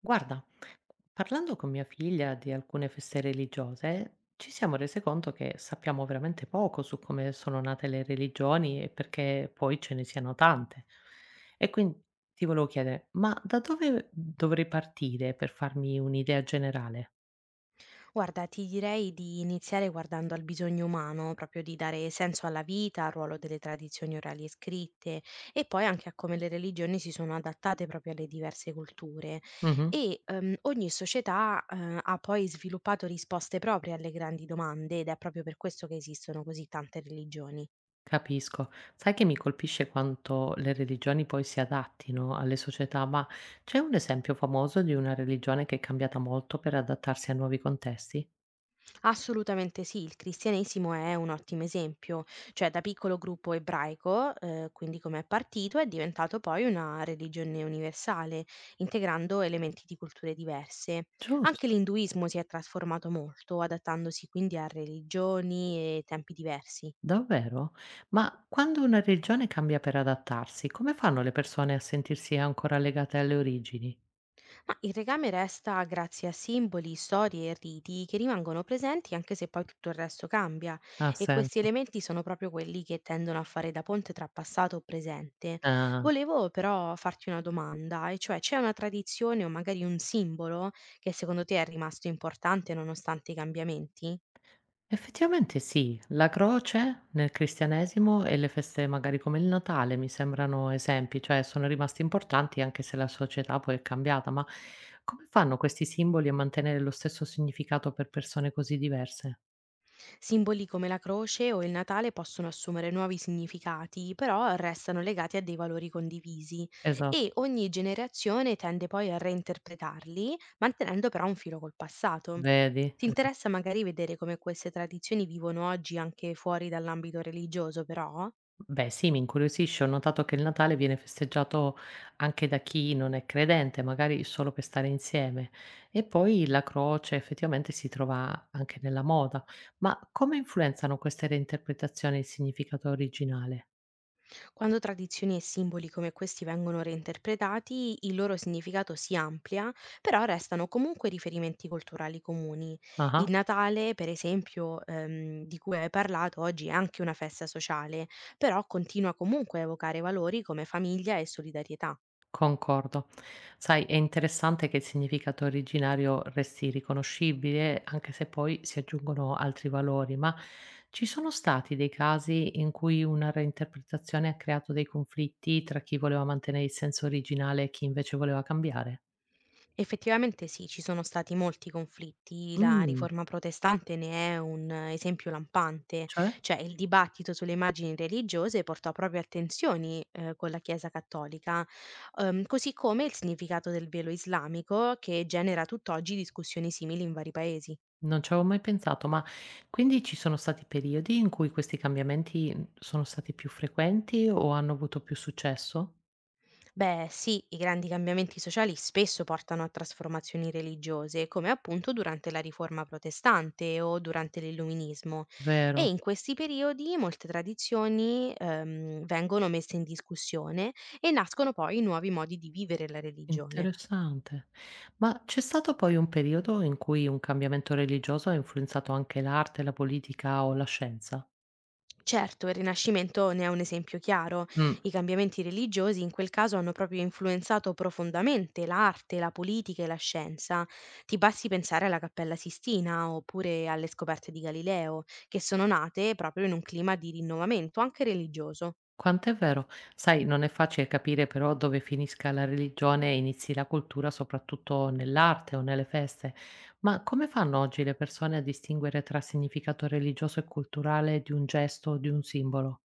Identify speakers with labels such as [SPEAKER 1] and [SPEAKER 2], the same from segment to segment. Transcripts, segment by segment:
[SPEAKER 1] Guarda, parlando con mia figlia di alcune feste religiose, ci siamo rese conto che sappiamo veramente poco su come sono nate le religioni e perché poi ce ne siano tante. E quindi ti volevo chiedere, ma da dove dovrei partire per farmi un'idea generale?
[SPEAKER 2] Guarda, ti direi di iniziare guardando al bisogno umano, proprio di dare senso alla vita, al ruolo delle tradizioni orali e scritte e poi anche a come le religioni si sono adattate proprio alle diverse culture.
[SPEAKER 1] Mhm,
[SPEAKER 2] Ogni società ha poi sviluppato risposte proprie alle grandi domande ed è proprio per questo che esistono così tante religioni.
[SPEAKER 1] capisco. Sai che mi colpisce quanto le religioni poi si adattino alle società, ma c'è un esempio famoso di una religione che è cambiata molto per adattarsi a nuovi contesti?
[SPEAKER 2] Assolutamente sì, il cristianesimo è un ottimo esempio, cioè da piccolo gruppo ebraico, quindi come è partito, è diventato poi una religione universale, integrando elementi di culture diverse. Anche
[SPEAKER 1] Giusto.
[SPEAKER 2] l'induismo si è trasformato molto, adattandosi quindi a religioni e tempi diversi.
[SPEAKER 1] Davvero? Ma quando una regione cambia per adattarsi, come fanno le persone a sentirsi ancora legate alle origini?
[SPEAKER 2] Ma il legame resta grazie a simboli, storie e riti che rimangono presenti anche se poi tutto il resto cambia
[SPEAKER 1] Ha
[SPEAKER 2] e questi
[SPEAKER 1] senso.
[SPEAKER 2] elementi sono proprio quelli che tendono a fare da ponte tra passato e presente.
[SPEAKER 1] Ah,
[SPEAKER 2] Volevo però farti una domanda, e cioè c'è una tradizione o magari un simbolo che secondo te è rimasto importante nonostante i cambiamenti?
[SPEAKER 1] effettivamente sì, la croce nel cristianesimo e le feste magari come il Natale mi sembrano esempi, cioè sono rimasti importanti anche se la società poi è cambiata, ma come fanno questi simboli a mantenere lo stesso significato per persone così diverse?
[SPEAKER 2] Simboli come la croce o il Natale possono assumere nuovi significati, però restano legati a dei valori condivisi
[SPEAKER 1] Esatto,
[SPEAKER 2] e ogni generazione tende poi a reinterpretarli, mantenendo però un filo col passato.
[SPEAKER 1] vedi?
[SPEAKER 2] Ti interessa magari vedere come queste tradizioni vivono oggi anche fuori dall'ambito religioso, però?
[SPEAKER 1] Beh sì, mi incuriosisce. Ho notato che il Natale viene festeggiato anche da chi non è credente, magari solo per stare insieme. E poi la croce effettivamente si trova anche nella moda. Ma come influenzano queste reinterpretazioni il significato originale?
[SPEAKER 2] Quando tradizioni e simboli come questi vengono reinterpretati, il loro significato si amplia, però restano comunque riferimenti culturali comuni.
[SPEAKER 1] Ah ah.
[SPEAKER 2] Il Natale, per esempio, di cui hai parlato oggi, è anche una festa sociale, però continua comunque a evocare valori come famiglia e solidarietà.
[SPEAKER 1] Concordo. Sai, è interessante che il significato originario resti riconoscibile, anche se poi si aggiungono altri valori, ma ci sono stati dei casi in cui una reinterpretazione ha creato dei conflitti tra chi voleva mantenere il senso originale e chi invece voleva cambiare?
[SPEAKER 2] Effettivamente sì, ci sono stati molti conflitti, la
[SPEAKER 1] Mh,
[SPEAKER 2] riforma protestante ne è un esempio lampante,
[SPEAKER 1] cioè?
[SPEAKER 2] cioè il dibattito sulle immagini religiose portò proprio a tensioni con la Chiesa cattolica, così come il significato del velo islamico che genera tutt'oggi discussioni simili in vari paesi.
[SPEAKER 1] Non ci avevo mai pensato, ma quindi ci sono stati periodi in cui questi cambiamenti sono stati più frequenti o hanno avuto più successo?
[SPEAKER 2] Beh, sì, i grandi cambiamenti sociali spesso portano a trasformazioni religiose, come appunto durante la Riforma protestante o durante l'Illuminismo. E
[SPEAKER 1] Vero?
[SPEAKER 2] in questi periodi molte tradizioni vengono messe in discussione e nascono poi nuovi modi di vivere la religione.
[SPEAKER 1] Interessante. Ma c'è stato poi un periodo in cui un cambiamento religioso ha influenzato anche l'arte, la politica o la scienza?
[SPEAKER 2] Certo, il Rinascimento ne è un esempio chiaro.
[SPEAKER 1] Mh,
[SPEAKER 2] I cambiamenti religiosi in quel caso hanno proprio influenzato profondamente l'arte, la politica e la scienza. Ti basti pensare alla Cappella Sistina oppure alle scoperte di Galileo, che sono nate proprio in un clima di rinnovamento, anche religioso.
[SPEAKER 1] quant'è vero. Sai, non è facile capire però dove finisca la religione e inizi la cultura, soprattutto nell'arte o nelle feste. Ma come fanno oggi le persone a distinguere tra significato religioso e culturale di un gesto o di un simbolo?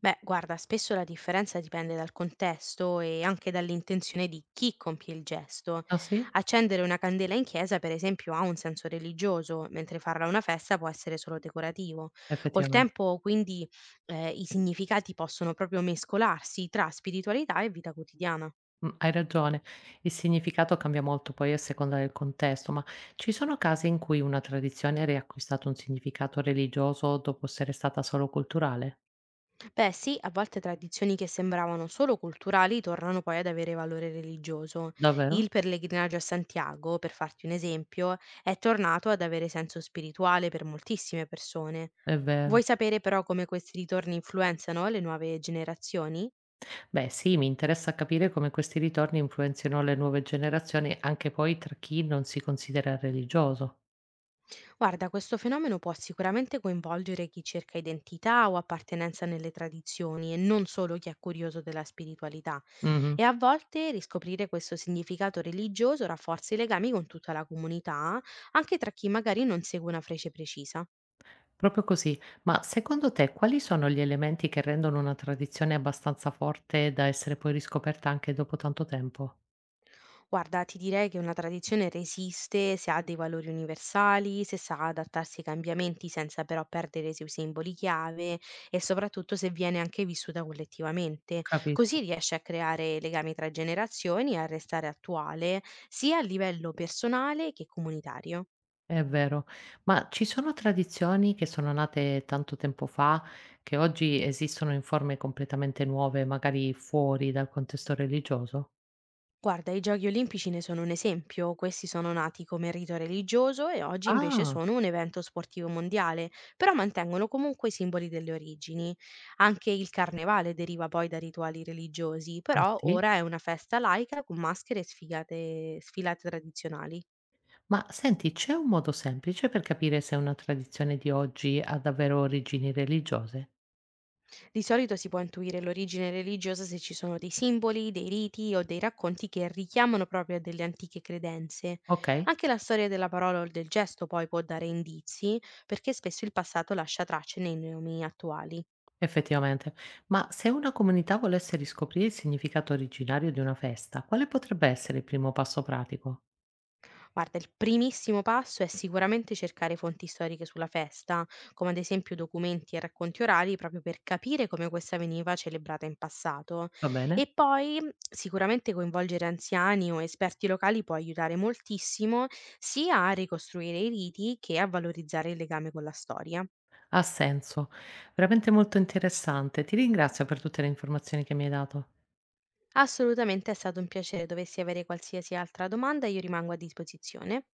[SPEAKER 2] Beh, guarda, spesso la differenza dipende dal contesto e anche dall'intenzione di chi compie il gesto.
[SPEAKER 1] Ah sì?
[SPEAKER 2] Accendere una candela in chiesa, per esempio, ha un senso religioso, mentre farla a una festa può essere solo decorativo. Col
[SPEAKER 1] Effettivamente.
[SPEAKER 2] tempo, quindi, i significati possono proprio mescolarsi tra spiritualità e vita quotidiana.
[SPEAKER 1] Hai ragione. Il significato cambia molto poi a seconda del contesto, ma ci sono casi in cui una tradizione ha riacquistato un significato religioso dopo essere stata solo culturale?
[SPEAKER 2] Beh, sì, a volte tradizioni che sembravano solo culturali tornano poi ad avere valore religioso.
[SPEAKER 1] Davvero?
[SPEAKER 2] Il pellegrinaggio a Santiago, per farti un esempio, è tornato ad avere senso spirituale per moltissime persone.
[SPEAKER 1] È vero.
[SPEAKER 2] Vuoi sapere però come questi ritorni influenzano le nuove generazioni?
[SPEAKER 1] Beh, sì, mi interessa capire come questi ritorni influenzino le nuove generazioni anche poi tra chi non si considera religioso.
[SPEAKER 2] Guarda, questo fenomeno può sicuramente coinvolgere chi cerca identità o appartenenza nelle tradizioni e non solo chi è curioso della spiritualità.
[SPEAKER 1] Mh-mh.
[SPEAKER 2] E a volte riscoprire questo significato religioso rafforza i legami con tutta la comunità, anche tra chi magari non segue una freccia precisa.
[SPEAKER 1] Proprio così. Ma secondo te quali sono gli elementi che rendono una tradizione abbastanza forte da essere poi riscoperta anche dopo tanto tempo?
[SPEAKER 2] Guarda, ti direi che una tradizione resiste se ha dei valori universali, se sa adattarsi ai cambiamenti senza però perdere i suoi simboli chiave e soprattutto se viene anche vissuta collettivamente.
[SPEAKER 1] Capisco.
[SPEAKER 2] Così riesce a creare legami tra generazioni e a restare attuale sia a livello personale che comunitario.
[SPEAKER 1] È vero. Ma ci sono tradizioni che sono nate tanto tempo fa, che oggi esistono in forme completamente nuove, magari fuori dal contesto religioso?
[SPEAKER 2] Guarda, i Giochi olimpici ne sono un esempio, questi sono nati come rito religioso e oggi invece
[SPEAKER 1] Ah,
[SPEAKER 2] sono un evento sportivo mondiale, però mantengono comunque i simboli delle origini. Anche il carnevale deriva poi da rituali religiosi,
[SPEAKER 1] ah
[SPEAKER 2] però
[SPEAKER 1] sì?
[SPEAKER 2] ora è una festa laica con maschere e sfilate tradizionali.
[SPEAKER 1] Ma senti, c'è un modo semplice per capire se una tradizione di oggi ha davvero origini religiose?
[SPEAKER 2] Di solito si può intuire l'origine religiosa se ci sono dei simboli, dei riti o dei racconti che richiamano proprio a delle antiche credenze.
[SPEAKER 1] Ok,
[SPEAKER 2] Anche la storia della parola o del gesto poi può dare indizi, perché spesso il passato lascia tracce nei nomi attuali.
[SPEAKER 1] effettivamente. Ma se una comunità volesse riscoprire il significato originario di una festa, quale potrebbe essere il primo passo pratico?
[SPEAKER 2] Guarda, il primissimo passo è sicuramente cercare fonti storiche sulla festa, come ad esempio documenti e racconti orali, proprio per capire come questa veniva celebrata in passato.
[SPEAKER 1] Va bene?
[SPEAKER 2] E poi sicuramente coinvolgere anziani o esperti locali può aiutare moltissimo sia a ricostruire i riti che a valorizzare il legame con la storia.
[SPEAKER 1] Ha senso. Veramente molto interessante. Ti ringrazio per tutte le informazioni che mi hai dato.
[SPEAKER 2] Assolutamente è stato un piacere, dovessi avere qualsiasi altra domanda, io rimango a disposizione.